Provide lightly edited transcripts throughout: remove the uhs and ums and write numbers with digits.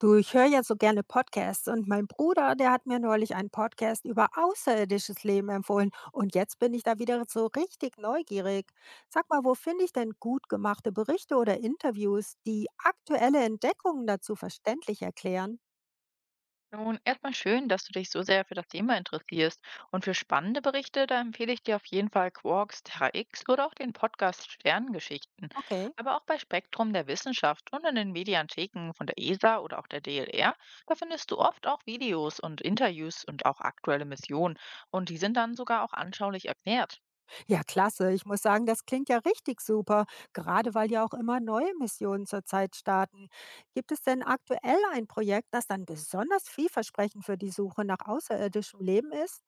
Du, ich höre ja so gerne Podcasts und mein Bruder, der hat mir neulich einen Podcast über außerirdisches Leben empfohlen und jetzt bin ich da wieder so richtig neugierig. Sag mal, wo finde ich denn gut gemachte Berichte oder Interviews, die aktuelle Entdeckungen dazu verständlich erklären? Nun, erstmal schön, dass du dich so sehr für das Thema interessierst. Und für spannende Berichte, da empfehle ich dir auf jeden Fall Quarks, Terra X oder auch den Podcast Sternengeschichten. Okay. Aber auch bei Spektrum der Wissenschaft und in den Mediatheken von der ESA oder auch der DLR, da findest du oft auch Videos und Interviews und auch aktuelle Missionen. Und die sind dann sogar auch anschaulich erklärt. Ja, klasse. Ich muss sagen, das klingt ja richtig super, gerade weil ja auch immer neue Missionen zurzeit starten. Gibt es denn aktuell ein Projekt, das dann besonders vielversprechend für die Suche nach außerirdischem Leben ist?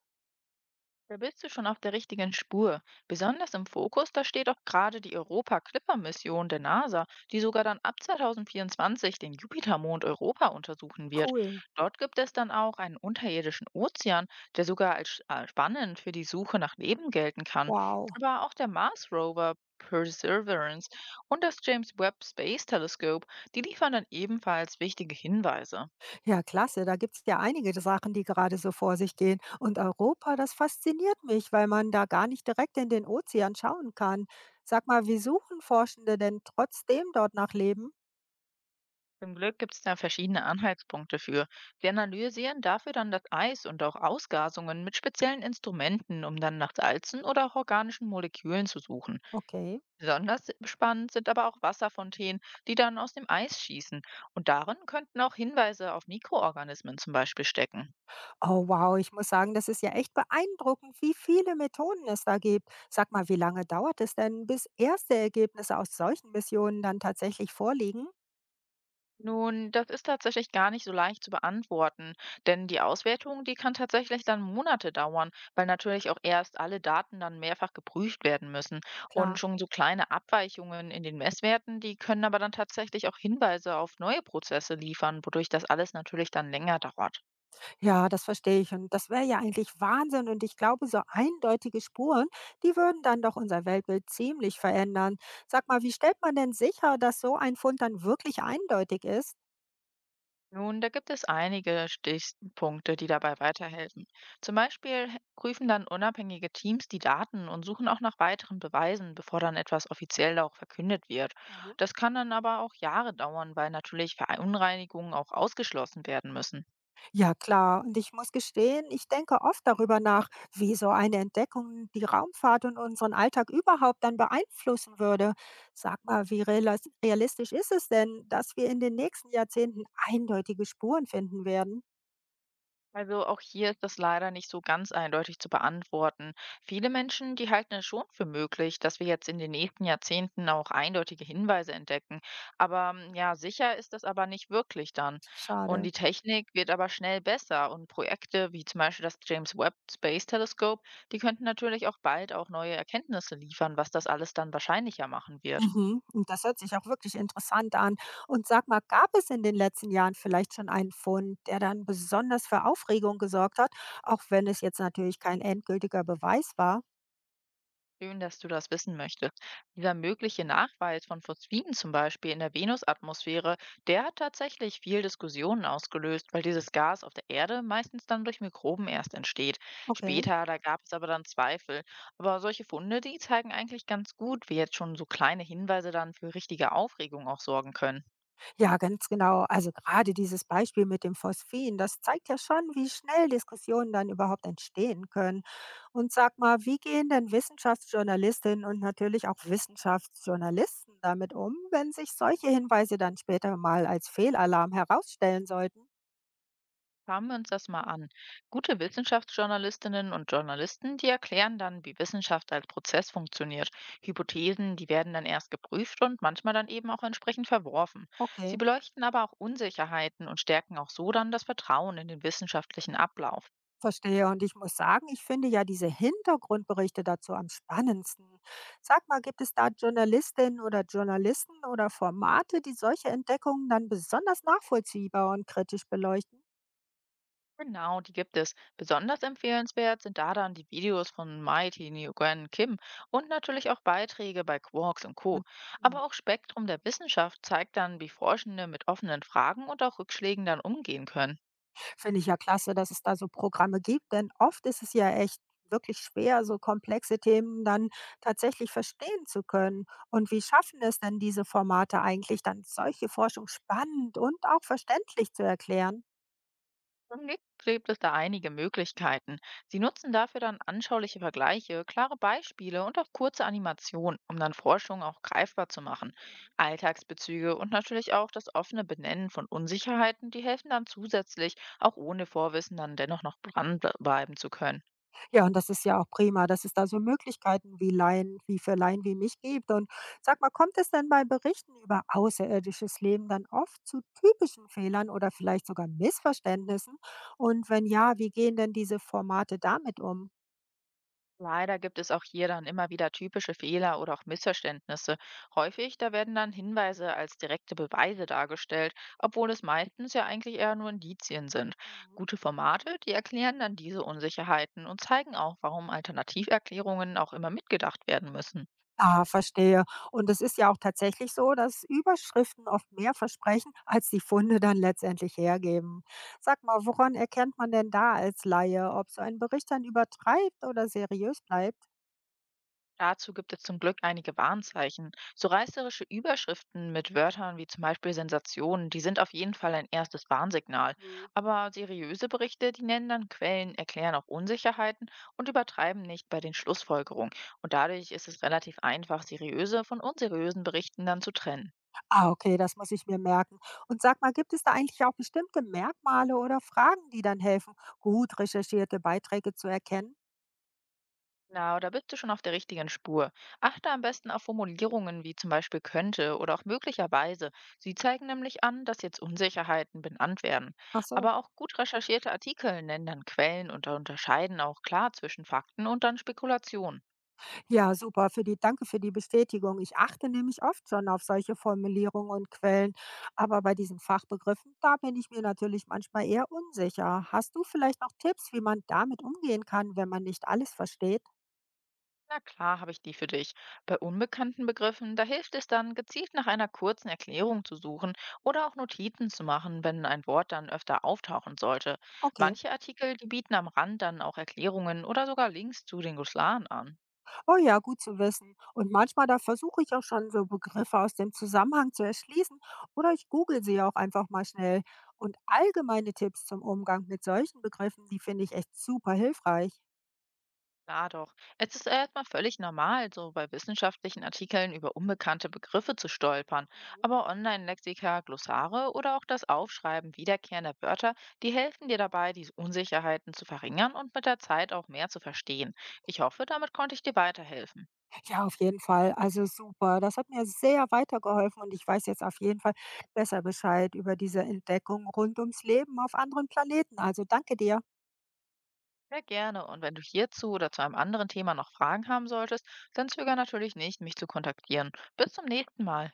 Da bist du schon auf der richtigen Spur. Besonders im Fokus, da steht auch gerade die Europa-Clipper-Mission der NASA, die sogar dann ab 2024 den Jupitermond Europa untersuchen wird. Cool. Dort gibt es dann auch einen unterirdischen Ozean, der sogar als spannend für die Suche nach Leben gelten kann. Wow. Aber auch der Mars-Rover Perseverance und das James Webb Space Telescope, die liefern dann ebenfalls wichtige Hinweise. Ja, klasse. Da gibt es ja einige Sachen, die gerade so vor sich gehen. Und Europa, das fasziniert mich, weil man da gar nicht direkt in den Ozean schauen kann. Sag mal, wie suchen Forschende denn trotzdem dort nach Leben? Zum Glück gibt es da verschiedene Anhaltspunkte für. Wir analysieren dafür dann das Eis und auch Ausgasungen mit speziellen Instrumenten, um dann nach Salzen oder auch organischen Molekülen zu suchen. Okay. Besonders spannend sind aber auch Wasserfontänen, die dann aus dem Eis schießen. Und darin könnten auch Hinweise auf Mikroorganismen zum Beispiel stecken. Oh, wow. Ich muss sagen, das ist ja echt beeindruckend, wie viele Methoden es da gibt. Sag mal, wie lange dauert es denn, bis erste Ergebnisse aus solchen Missionen dann tatsächlich vorliegen? Nun, das ist tatsächlich gar nicht so leicht zu beantworten, denn die Auswertung, die kann tatsächlich dann Monate dauern, weil natürlich auch erst alle Daten dann mehrfach geprüft werden müssen. Und Klar. schon so kleine Abweichungen in den Messwerten, die können aber dann tatsächlich auch Hinweise auf neue Prozesse liefern, wodurch das alles natürlich dann länger dauert. Ja, das verstehe ich. Und das wäre ja eigentlich Wahnsinn. Und ich glaube, so eindeutige Spuren, die würden dann doch unser Weltbild ziemlich verändern. Sag mal, wie stellt man denn sicher, dass so ein Fund dann wirklich eindeutig ist? Nun, da gibt es einige Stichpunkte, die dabei weiterhelfen. Zum Beispiel prüfen dann unabhängige Teams die Daten und suchen auch nach weiteren Beweisen, bevor dann etwas offiziell auch verkündet wird. Mhm. Das kann dann aber auch Jahre dauern, weil natürlich Verunreinigungen auch ausgeschlossen werden müssen. Ja, klar. Und ich muss gestehen, ich denke oft darüber nach, wie so eine Entdeckung die Raumfahrt und unseren Alltag überhaupt dann beeinflussen würde. Sag mal, wie realistisch ist es denn, dass wir in den nächsten Jahrzehnten eindeutige Spuren finden werden? Also auch hier ist das leider nicht so ganz eindeutig zu beantworten. Viele Menschen, die halten es schon für möglich, dass wir jetzt in den nächsten Jahrzehnten auch eindeutige Hinweise entdecken. Aber ja, sicher ist das aber nicht wirklich dann. Und Schade. die Technik wird aber schnell besser und Projekte wie zum Beispiel das James Webb Space Telescope, die könnten natürlich auch bald auch neue Erkenntnisse liefern, was das alles dann wahrscheinlicher machen wird. Mhm. Und das hört sich auch wirklich interessant an. Und sag mal, gab es in den letzten Jahren vielleicht schon einen Fund, der dann besonders für Aufregung gesorgt hat, auch wenn es jetzt natürlich kein endgültiger Beweis war? Schön, dass du das wissen möchtest. Dieser mögliche Nachweis von Phosphinen zum Beispiel in der Venusatmosphäre, der hat tatsächlich viel Diskussionen ausgelöst, weil dieses Gas auf der Erde meistens dann durch Mikroben erst entsteht. Okay. Später, da gab es aber dann Zweifel. Aber solche Funde, die zeigen eigentlich ganz gut, wie jetzt schon so kleine Hinweise dann für richtige Aufregung auch sorgen können. Ja, ganz genau. Also gerade dieses Beispiel mit dem Phosphin, das zeigt ja schon, wie schnell Diskussionen dann überhaupt entstehen können. Und sag mal, wie gehen denn Wissenschaftsjournalistinnen und natürlich auch Wissenschaftsjournalisten damit um, wenn sich solche Hinweise dann später mal als Fehlalarm herausstellen sollten? Schauen wir uns das mal an. Gute Wissenschaftsjournalistinnen und Journalisten, die erklären dann, wie Wissenschaft als Prozess funktioniert. Hypothesen, die werden dann erst geprüft und manchmal dann eben auch entsprechend verworfen. Sie Okay, beleuchten aber auch Unsicherheiten und stärken auch so dann das Vertrauen in den wissenschaftlichen Ablauf. verstehe. Und ich muss sagen, ich finde ja diese Hintergrundberichte dazu am spannendsten. Sag mal, gibt es da Journalistinnen oder Journalisten oder Formate, die solche Entdeckungen dann besonders nachvollziehbar und kritisch beleuchten? Genau, die gibt es. Besonders empfehlenswert sind da dann die Videos von Mighty Nguyen Kim und natürlich auch Beiträge bei Quarks und Co. Und, hm, Aber auch Spektrum der Wissenschaft zeigt dann, wie Forschende mit offenen Fragen und auch Rückschlägen dann umgehen können. Finde ich ja klasse, dass es da so Programme gibt, denn oft ist es ja echt wirklich schwer, so komplexe Themen dann tatsächlich verstehen zu können. Und wie schaffen es denn diese Formate eigentlich, dann solche Forschung spannend und auch verständlich zu erklären? Im Nick gibt es da einige Möglichkeiten. Sie nutzen dafür dann anschauliche Vergleiche, klare Beispiele und auch kurze Animationen, um dann Forschung auch greifbar zu machen. Alltagsbezüge und natürlich auch das offene Benennen von Unsicherheiten, die helfen dann zusätzlich, auch ohne Vorwissen dann dennoch noch dranbleiben zu können. Ja, und das ist ja auch prima, dass es da so Möglichkeiten wie Laien wie für Laien wie mich gibt. Und sag mal, kommt es denn bei Berichten über außerirdisches Leben dann oft zu typischen Fehlern oder vielleicht sogar Missverständnissen? Und wenn ja, wie gehen denn diese Formate damit um? Leider gibt es auch hier dann immer wieder typische Fehler oder auch Missverständnisse. Häufig, da werden dann Hinweise als direkte Beweise dargestellt, obwohl es meistens ja eigentlich eher nur Indizien sind. Gute Formate, die erklären dann diese Unsicherheiten und zeigen auch, warum Alternativerklärungen auch immer mitgedacht werden müssen. Ah, verstehe. Und es ist ja auch tatsächlich so, dass Überschriften oft mehr versprechen, als die Funde dann letztendlich hergeben. Sag mal, woran erkennt man denn da als Laie, ob so ein Bericht dann übertreibt oder seriös bleibt? Dazu gibt es zum Glück einige Warnzeichen. So reißerische Überschriften mit Wörtern wie zum Beispiel Sensationen, die sind auf jeden Fall ein erstes Warnsignal. Aber seriöse Berichte, die nennen dann Quellen, erklären auch Unsicherheiten und übertreiben nicht bei den Schlussfolgerungen. Und dadurch ist es relativ einfach, seriöse von unseriösen Berichten dann zu trennen. Ah, okay, das muss ich mir merken. Und sag mal, gibt es da eigentlich auch bestimmte Merkmale oder Fragen, die dann helfen, gut recherchierte Beiträge zu erkennen? Na, da bist du schon auf der richtigen Spur. Achte am besten auf Formulierungen wie zum Beispiel könnte oder auch möglicherweise. Sie zeigen nämlich an, dass jetzt Unsicherheiten benannt werden. Ach so. Aber auch gut recherchierte Artikel nennen dann Quellen und unterscheiden auch klar zwischen Fakten und dann Spekulationen. Ja, super. Danke für die Bestätigung. Ich achte nämlich oft schon auf solche Formulierungen und Quellen. Aber bei diesen Fachbegriffen, da bin ich mir natürlich manchmal eher unsicher. Hast du vielleicht noch Tipps, wie man damit umgehen kann, wenn man nicht alles versteht? Na klar, habe ich die für dich. Bei unbekannten Begriffen, da hilft es dann, gezielt nach einer kurzen Erklärung zu suchen oder auch Notizen zu machen, wenn ein Wort dann öfter auftauchen sollte. Okay. Manche Artikel, die bieten am Rand dann auch Erklärungen oder sogar Links zu den Glossaren an. Oh ja, gut zu wissen. Und manchmal, da versuche ich auch schon so Begriffe aus dem Zusammenhang zu erschließen oder ich google sie auch einfach mal schnell. Und allgemeine Tipps zum Umgang mit solchen Begriffen, die finde ich echt super hilfreich. Klar doch. Es ist erstmal völlig normal, so bei wissenschaftlichen Artikeln über unbekannte Begriffe zu stolpern. Mhm. Aber Online-Lexika, Glossare oder auch das Aufschreiben wiederkehrender Wörter, die helfen dir dabei, diese Unsicherheiten zu verringern und mit der Zeit auch mehr zu verstehen. Ich hoffe, damit konnte ich dir weiterhelfen. Ja, auf jeden Fall. Also super. Das hat mir sehr weitergeholfen und ich weiß jetzt auf jeden Fall besser Bescheid über diese Entdeckung rund ums Leben auf anderen Planeten. Also danke dir. Sehr gerne. Und wenn du hierzu oder zu einem anderen Thema noch Fragen haben solltest, dann zögere natürlich nicht, mich zu kontaktieren. Bis zum nächsten Mal.